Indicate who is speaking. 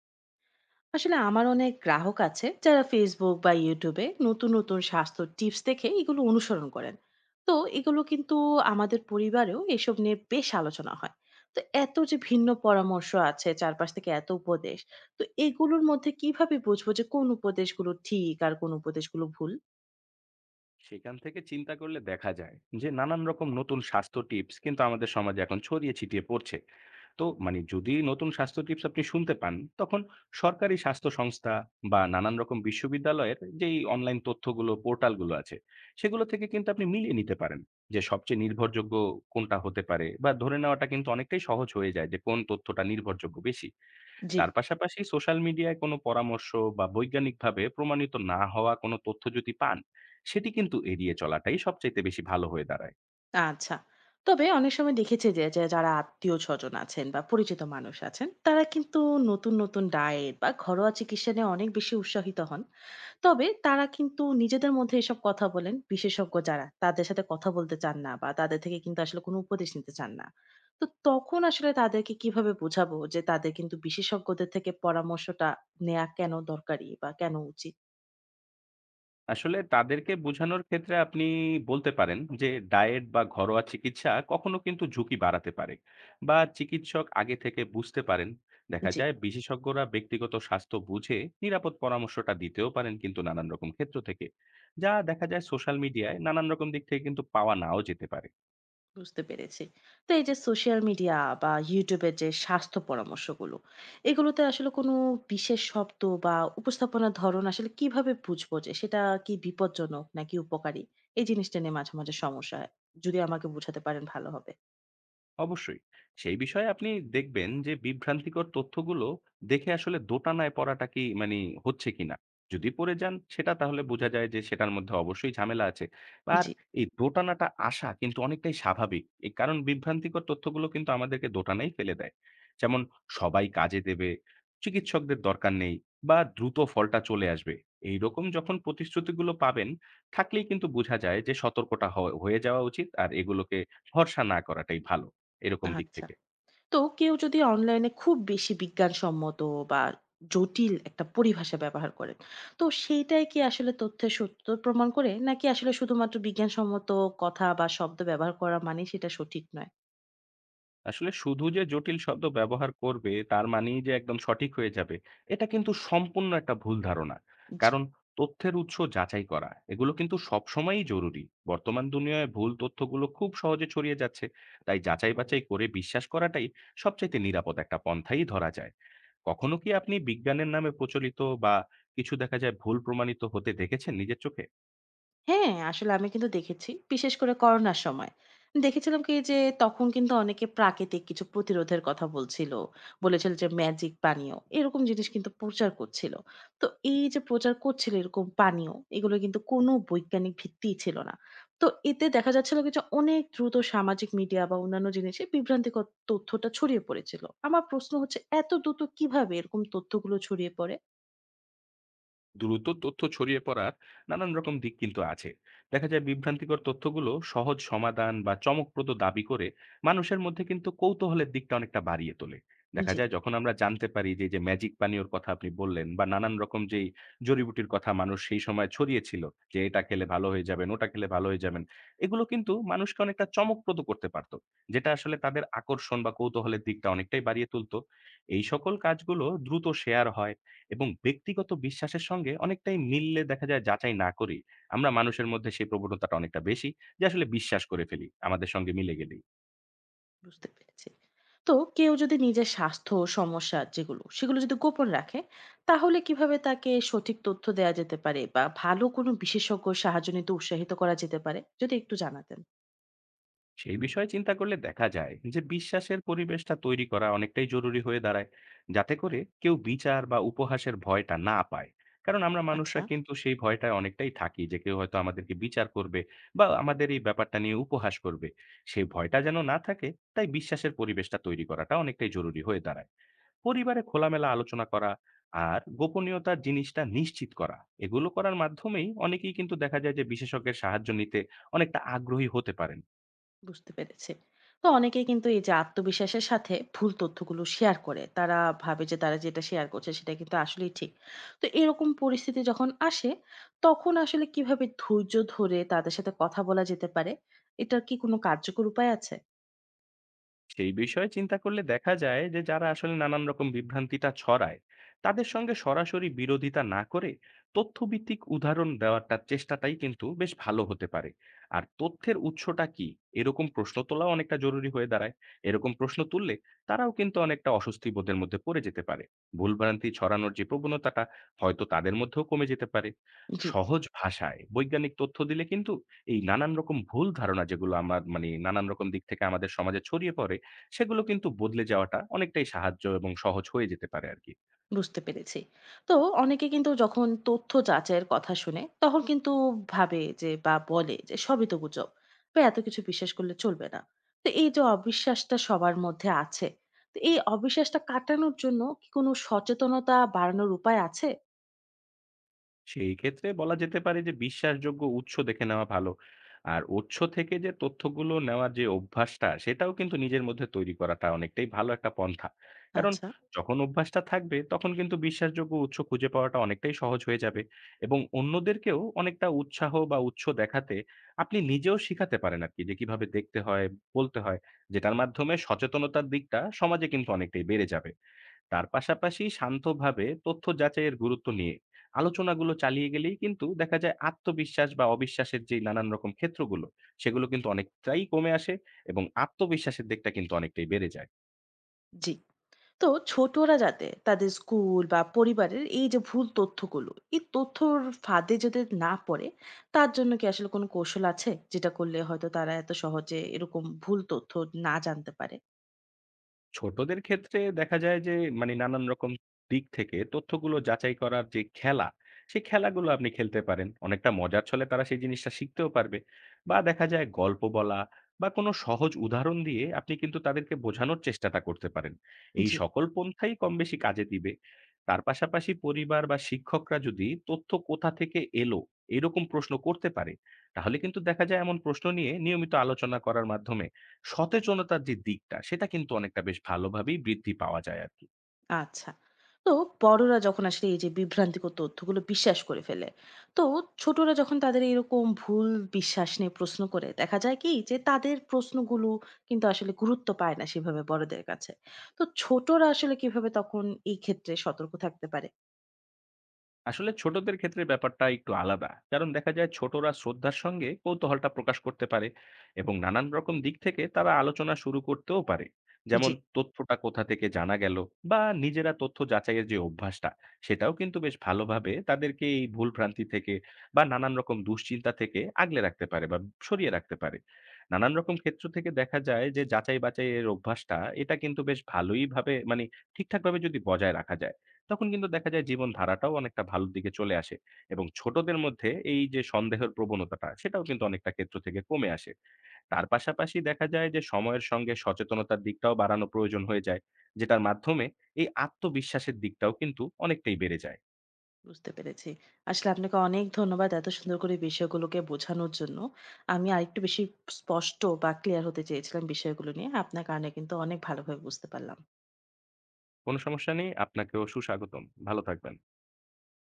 Speaker 1: আসলে আমার অনেক গ্রাহক আছে যারা ফেসবুক বা ইউটিউবে নতুন নতুন স্বাস্থ্য টিপস দেখে এগুলো অনুসরণ করেন। তো এগুলো কিন্তু আমাদের পরিবারেও এসব নিয়ে বেশ আলোচনা হয়। তো এত যে ভিন্ন পরামর্শ আছে, চারপাশ থেকে এত উপদেশ, তো এগুলোর মধ্যে কিভাবে বুঝবো যে কোন উপদেশগুলো ঠিক আর কোন উপদেশগুলো ভুল?
Speaker 2: সেখান থেকে চিন্তা করলে দেখা যায় যে নানান রকম নতুন স্বাস্থ্য টিপস কিন্তু আমাদের সমাজে এখন ছড়িয়ে ছিটিয়ে পড়ছে। তো যদি নতুন স্বাস্থ্য টিপস আপনি শুনতে পান, তখন সরকারি স্বাস্থ্য সংস্থা বা নানান রকম বিশ্ববিদ্যালয়ের যেই অনলাইন তথ্যগুলো পোর্টালগুলো আছে, সেগুলো থেকে কিন্তু আপনি মিলিয়ে নিতে পারেন যে সবচেয়ে নির্ভরযোগ্য কোনটা হতে পারে, বা ধরে নেওয়াটা কিন্তু অনেকটাই সহজ হয়ে যায় যে কোন তথ্যটা নির্ভরযোগ্য বেশি।
Speaker 1: জি।
Speaker 2: তার পাশাপাশি সোশ্যাল মিডিয়ায় কোনো পরামর্শ বা বৈজ্ঞানিকভাবে প্রমাণিত না হওয়া কোনো তথ্য যদি পান, সেটি কিন্তু এড়িয়ে চলাটাই সবচাইতে বেশি ভালো হয়ে দাঁড়ায়।
Speaker 1: আচ্ছা, তবে অনেক সময় দেখেছি যে যে যারা আত্মীয় স্বজন আছেন বা পরিচিত মানুষ আছেন, তারা কিন্তু নতুন নতুন ডায়েট বা ঘরোয়া চিকিৎসা নিয়ে অনেক বেশি উৎসাহিত হন। তবে তারা কিন্তু নিজেদের মধ্যে এসব কথা বলেন। বিশেষজ্ঞ যারা, তাদের সাথে কথা বলতে চান না বা তাদের থেকে কিন্তু আসলে কোনো উপদেশ নিতে চান না। তো তখন আসলে তাদেরকে কিভাবে বোঝাবো যে তাদের কিন্তু বিশেষজ্ঞদের থেকে পরামর্শটা নেয়া কেন দরকারি বা কেন উচিত?
Speaker 2: আসলে তাদেরকে বোঝানোর ক্ষেত্রে আপনি বলতে পারেন যে ডায়েট বা ঘরোয়া চিকিৎসা কখনো কিন্তু ঝুঁকি বাড়াতে পারে বা চিকিৎসক আগে থেকে বুঝতে পারেন। দেখা
Speaker 1: জি।
Speaker 2: যায় বিশেষজ্ঞরা ব্যক্তিগত স্বাস্থ্য বুঝে নিরাপদ পরামর্শটা দিতেও পারেন কিন্তু নানান রকম ক্ষেত্র থেকে। যা দেখা যায় সোশ্যাল মিডিয়ায় নানান রকম দিক থেকে কিন্তু পাওয়া নাও যেতে পারে।
Speaker 1: বুঝতে পেরেছি। তো এই যে সোশ্যাল মিডিয়া বা YouTube এর যে স্বাস্থ্য পরামর্শগুলো, এগুলোতে আসলে কোনো বিশেষ শব্দ বা উপস্থাপনার ধরন আসলে কিভাবে বুঝবো যে সেটা কি বিপজ্জনক নাকি উপকারী? এই জিনিসটা নিয়ে মাঝে, মাঝে সমস্যা হয়। যদি আমাকে বুঝাতে পারেন ভালো হবে।
Speaker 2: অবশ্যই। সেই বিষয়ে আপনি দেখবেন যে বিভ্রান্তিকর তথ্যগুলো দেখে আসলে দোটানায় পড়াটা কি হচ্ছে কিনা। যদি পড়ে যান সেটা তাহলে বোঝা যায় যে সেটার মধ্যে অবশ্যই ঝামেলা আছে। আর
Speaker 1: জি,
Speaker 2: এই দোটানাটা আসা কিন্তু অনেকটাই স্বাভাবিক। এই কারণ বিভ্রান্তিকর তথ্যগুলো কিন্তু আমাদেরকে দোটানায় ফেলে দেয়। যেমন সবাই কাজে দেবে, চিকিৎসকদের দরকার নেই বা দ্রুত ফলটা চলে আসবে। এইরকম যখন প্রতিশ্রুতিগুলো পাবেন, থাকলেই কিন্তু বোঝা যায় যে সতর্কটা হ হয়ে যাওয়া উচিত আর এগুলোকে ভরসা না করাটাই ভালো। এরকম দিক
Speaker 1: আচ্ছা।
Speaker 2: থেকে।
Speaker 1: তো কেউ যদি অনলাইনে খুব বেশি বিজ্ঞানসম্মত বা জটিল একটা পরিভাষা ব্যবহার করেন, তো সেইটাই কি আসলে তথ্যের সত্যতা প্রমাণ করে? নাকি আসলে শুধুমাত্র বিজ্ঞানসম্মত কথা বা শব্দ ব্যবহার করা মানেই সেটা সঠিক নয়?
Speaker 2: আসলে শুধু যে জটিল শব্দ ব্যবহার করবে, তার মানেই যে একদম সঠিক হয়ে যাবে, এটা কিন্তু সম্পূর্ণ একটা ভুল ধারণা।
Speaker 1: জি।
Speaker 2: কারণ তথ্যের উৎস যাচাই করা, এগুলো কিন্তু সবসময়ই জরুরি। বর্তমান দুনিয়ায় ভুল তথ্যগুলো খুব সহজে ছড়িয়ে যাচ্ছে। তাই যাচাই-বাছাই করে বিশ্বাস করাটাই সবচাইতে নিরাপদ একটা পন্থাই ধরা যায়। কখনো কি আপনি বিজ্ঞানের নামে প্রচলিত বা কিছু দেখা যায় ভুল প্রমাণিত হতে দেখেছেন নিজের চোখে?
Speaker 1: হ্যাঁ, আসলে আমি কিন্তু দেখেছি। বিশেষ করে করোনার সময়। দেখেছিলাম কি যে তখন কিন্তু অনেকে প্রাকৃতিক কিছু প্রতিরোধের কথা বলছিল। বলেছিল যে ম্যাজিক পানীয়। এরকম জিনিস কিন্তু প্রচার করছিল। তো এই যে প্রচার করছিল এরকম পানীয়, এগুলো কিন্তু কোন বৈজ্ঞানিক ভিত্তিই ছিল না। তো এতে দেখা যাচ্ছিল কি যে অনেক দ্রুত সামাজিক মিডিয়া বা অন্যান্য জিনিসে বিভ্রান্তিকর তথ্যটা ছড়িয়ে পড়েছিল। আমার প্রশ্ন হচ্ছে এত দ্রুত কিভাবে এরকম তথ্যগুলো ছড়িয়ে পড়ে?
Speaker 2: দ্রুত তথ্য ছড়িয়ে পড়ার নানান রকম দিক কিন্তু আছে। দেখা যায় বিভ্রান্তিকর তথ্যগুলো সহজ সমাধান বা চমকপ্রদ দাবি করে মানুষের মধ্যে কিন্তু কৌতূহলের দিকটা অনেকটা বাড়িয়ে তোলে। দেখা
Speaker 1: জি,
Speaker 2: যায় যখন আমরা জানতে পারি যে যে ম্যাজিক পানীয়র কথা আপনি বললেন বা নানান রকম যেই জড়িবুটির কথা মানুষ সেই সময় ছড়িয়েছিল, যে এটা খেলে ভালো হয়ে যাবেন ওটা খেলে ভালো হয়ে যাবেন, এগুলো কিন্তু মানুষকে অনেকটা চমকপ্রদ করতে পারতো, যেটা আসলে তাদের আকর্ষণ বা কৌতূহলের দিকটা অনেকটাই বাড়িয়ে তুলতো। এই সকল কাজগুলো দ্রুত শেয়ার হয় এবং ব্যক্তিগত বিশ্বাসের সঙ্গে অনেকটাই মিললে দেখা যায় যাচাই না করেই আমরা মানুষের মধ্যে সেই প্রবণতাটা অনেকটা বেশি যে আসলে বিশ্বাস করে ফেলি আমাদের সঙ্গে মিলে গেলেই।
Speaker 1: বুঝতে পেরেছি। তো কেউ যদি নিজের স্বাস্থ্য সমস্যা যেগুলো সেগুলো যদি গোপন রাখে, তাহলে কিভাবে তাকে সঠিক তথ্য দেওয়া যেতে পারে বা ভালো কোনো বিশেষজ্ঞ সাহায্য নিতে উৎসাহিত করা যেতে পারে যদি একটু জানাতেন?
Speaker 2: সেই বিষয়ে চিন্তা করলে দেখা যায় যে বিশ্বাসের পরিবেশটা তৈরি করা অনেকটাই জরুরি হয়ে দাঁড়ায়। যাতে করে কেউ বিচার বা উপহাসের ভয়টা না পায়। কারণ আমরা
Speaker 1: আচ্ছা।
Speaker 2: মানুষরা কিন্তু সেই ভয়টায় অনেকটাই থাকি যে কেউ হয়তো আমাদেরকে বিচার করবে বা আমাদের এই ব্যাপারটা নিয়ে উপহাস করবে। সেই ভয়টা যেন না থাকে, তাই বিশ্বাসের পরিবেশটা তৈরি করাটা অনেকটাই জরুরি হয়ে দাঁড়ায়। পরিবারে খোলামেলা আলোচনা করা আর গোপনীয়তার জিনিসটা নিশ্চিত করা, এগুলো করার মাধ্যমেই অনেকেই কিন্তু দেখা যায় যে বিশেষজ্ঞের সাহায্য নিতে অনেকটা আগ্রহী হতে পারেন।
Speaker 1: বুঝতে পেরেছে। তো অনেকেই কিন্তু এই যে আত্মবিশ্বাসের সাথে ভুল তথ্যগুলো শেয়ার করে, তারা ভাবে যে তারা যেটা শেয়ার করছে সেটা কিন্তু আসলেই ঠিক। তো এরকম পরিস্থিতি যখন আসে, তখন আসলে কিভাবে ধৈর্য ধরে তাদের সাথে কথা বলা যেতে পারে? এটার কি কোনো কার্যকর উপায় আছে?
Speaker 2: সেই বিষয়ে চিন্তা করলে দেখা যায় যে যারা আসলে নানান রকম বিভ্রান্তিটা ছড়ায়, তাদের সঙ্গে সরাসরি বিরোধিতা না করে তথ্যভিত্তিক উদাহরণ দেওয়াটা চেষ্টাটাই কিন্তু বেশ ভালো হতে পারে। আর তথ্যের উৎসটা কি, এরকম প্রশ্ন তোলাও অনেকটা জরুরি হয়ে দাঁড়ায়। এরকম প্রশ্ন তুললে তারাও কিন্তু অনেকটা অস্বস্তি বোধের মধ্যে পড়ে যেতে পারে, ভুলভ্রান্তি ছড়ানোর যে প্রবণতাটা হয়তো তাদের মধ্যেও কমে যেতে পারে।
Speaker 1: জি।
Speaker 2: সহজ ভাষায় বৈজ্ঞানিক তথ্য দিলে কিন্তু এই নানান রকম ভুল ধারণা যেগুলো আমার মানে নানান রকম দিক থেকে আমাদের সমাজে ছড়িয়ে পড়ে, সেগুলো কিন্তু বদলে যাওয়াটা অনেকটাই সাহায্য এবং সহজ হয়ে যেতে পারে আরকি।
Speaker 1: বুঝতে পেরেছি। তো অনেকে কিন্তু যখন তথ্য যাচাইয়ের কথা শুনে তখন কিন্তু ভাবে যে বা বলে যে সবই তো গুজব বা এত কিছু বিশ্বাস করলে চলবে না। তো এই যে অবিশ্বাসটা সবার মধ্যে আছে, তো এই অবিশ্বাসটা কাটানোর জন্য কি কোনো সচেতনতা বাড়ানোর উপায় আছে?
Speaker 2: সেই ক্ষেত্রে বলা যেতে পারে যে বিশ্বাসযোগ্য উৎস দেখে নেওয়া ভালো। আর উৎস থেকে যে তথ্যগুলো নেওয়ার যে অভ্যাসটা, সেটাও কিন্তু নিজের মধ্যে তৈরি করাটা অনেকটাই ভালো একটা পন্থা। কারণ
Speaker 1: আচ্ছা।
Speaker 2: যখন অভ্যাসটা থাকবে তখন কিন্তু বিশ্বাসযোগ্য উৎস খুঁজে পাওয়াটা অনেকটাই সহজ হয়ে যাবে এবং অন্যদেরকেও অনেকটা উৎসাহ বা উৎস দেখাতে আপনি নিজেও শিখাতে পারেন আরকি যে কিভাবে দেখতে হয়, বলতে হয়। যেটার মাধ্যমে সচেতনতার দিকটা সমাজে কিন্তু অনেকটাই বেড়ে যাবে। তার পাশাপাশি শান্তভাবে তথ্য যাচাইয়ের গুরুত্ব নিয়ে আলোচনাগুলো চালিয়ে গেলেই কিন্তু দেখা যায় আত্মবিশ্বাস বা অবিশ্বাসের যে নানান রকম ক্ষেত্রগুলো সেগুলো কিন্তু অনেকটাই কমে আসে এবং আত্মবিশ্বাসের দিকটা কিন্তু অনেকটাই বেড়ে যায়।
Speaker 1: জি। তো ছোটরা যাতে তাদের স্কুল বা পরিবারের এই যে ভুল তথ্যগুলো, এই তথ্যর ফাঁদে যদি না পড়ে, তার জন্য কি আসলে কোনো কৌশল আছে যেটা করলে হয়তো তারা এত সহজে এরকম ভুল তথ্য না জানতে পারে?
Speaker 2: ছোটদের ক্ষেত্রে দেখা যায় যে নানান রকম দিক থেকে তথ্যগুলো যাচাই করার যে খেলা, সেই খেলাগুলো আপনি খেলতে পারেন, অনেকটা মজার ছলে তারা সেই জিনিসটা শিখতেও পারবে। বা দেখা যায় গল্প বলা বা কোনো সহজ উদাহরণ দিয়ে আপনি কিন্তু তাদেরকে বোঝানোর চেষ্টাটা করতে পারেন। এই
Speaker 1: জি।
Speaker 2: সকল পন্থাই কম বেশি কাজে দিবে। তার পাশাপাশি পরিবার বা শিক্ষকরা যদি তথ্য কোথা থেকে এলো এরকম প্রশ্ন করতে পারে, তাহলে কিন্তু দেখা যায় এমন প্রশ্ন নিয়ে নিয়মিত আলোচনা করার মাধ্যমে সচেতনতার যে দিকটা সেটা কিন্তু অনেকটা বেশ ভালোভাবেই বৃদ্ধি পাওয়া যায় আরকি।
Speaker 1: আচ্ছা। তো বড়রা যখন আসলে এই যে বিভ্রান্তিকর তথ্যগুলো বিশ্বাস করে ফেলে, তো ছোটরা যখন তাদের এরকম ভুল বিশ্বাস নিয়ে প্রশ্ন করে, দেখা যায় কি যে তাদের প্রশ্নগুলো কিন্তু আসলে গুরুত্ব পায় না সেভাবে বড়দের কাছে। তো ছোটরা আসলে কিভাবে তখন এই ক্ষেত্রে সতর্ক থাকতে পারে?
Speaker 2: আসলে ছোটদের ক্ষেত্রে ব্যাপারটা একটু আলাদা। কারণ দেখা যায় ছোটরা শ্রদ্ধার সঙ্গে কৌতূহলটা প্রকাশ করতে পারে এবং নানান রকম দিক থেকে তারা আলোচনা শুরু করতেও পারে।
Speaker 1: জি,
Speaker 2: যেমন তথ্যটা কোথা থেকে জানা গেল বা নিজেরা তথ্য যাচাইয়ের যে অভ্যাসটা, সেটাও কিন্তু বেশ ভালোভাবে তাদেরকে এই ভুলভ্রান্তি থেকে বা নানান রকম দুশ্চিন্তা থেকে আগলে রাখতে পারে বা সরিয়ে রাখতে পারে। নানান রকম ক্ষেত্র থেকে দেখা যায় যে যাচাই-বাছাইয়ের অভ্যাসটা এটা কিন্তু বেশ ভালোইভাবে ঠিকঠাকভাবে যদি বজায় রাখা যায়। তখন কিন্তু দেখা যায় জীবনধারাটাও অনেকটা ভালোর দিকে চলে আসে এবং ছোটদের মধ্যে এই যে সন্দেহের প্রবণতাটা সেটাও কিন্তু অনেকটা ক্ষেত্র থেকে কমে আসে। তার পাশাপাশি দেখা যায় যে সময়ের সঙ্গে সচেতনতার দিকটাও বাড়ানো প্রয়োজন হয়ে যায়। যেটার মাধ্যমে এই আত্মবিশ্বাসের দিকটাও কিন্তু অনেকটাই বেড়ে যায়।
Speaker 1: বুঝতে পেরেছি। আসলে আপনাকে অনেক ধন্যবাদ এত সুন্দর করে বিষয়গুলোকে বোঝানোর জন্য। আমি আরেকটু বেশি স্পষ্ট বা ক্লিয়ার হতে চেয়েছিলাম বিষয়গুলো নিয়ে। আপনার কারণে কিন্তু অনেক ভালোভাবে বুঝতে পারলাম।
Speaker 2: কোনো সমস্যা নেই। আপনাকেও সুস্বাগতম। ভালো থাকবেন।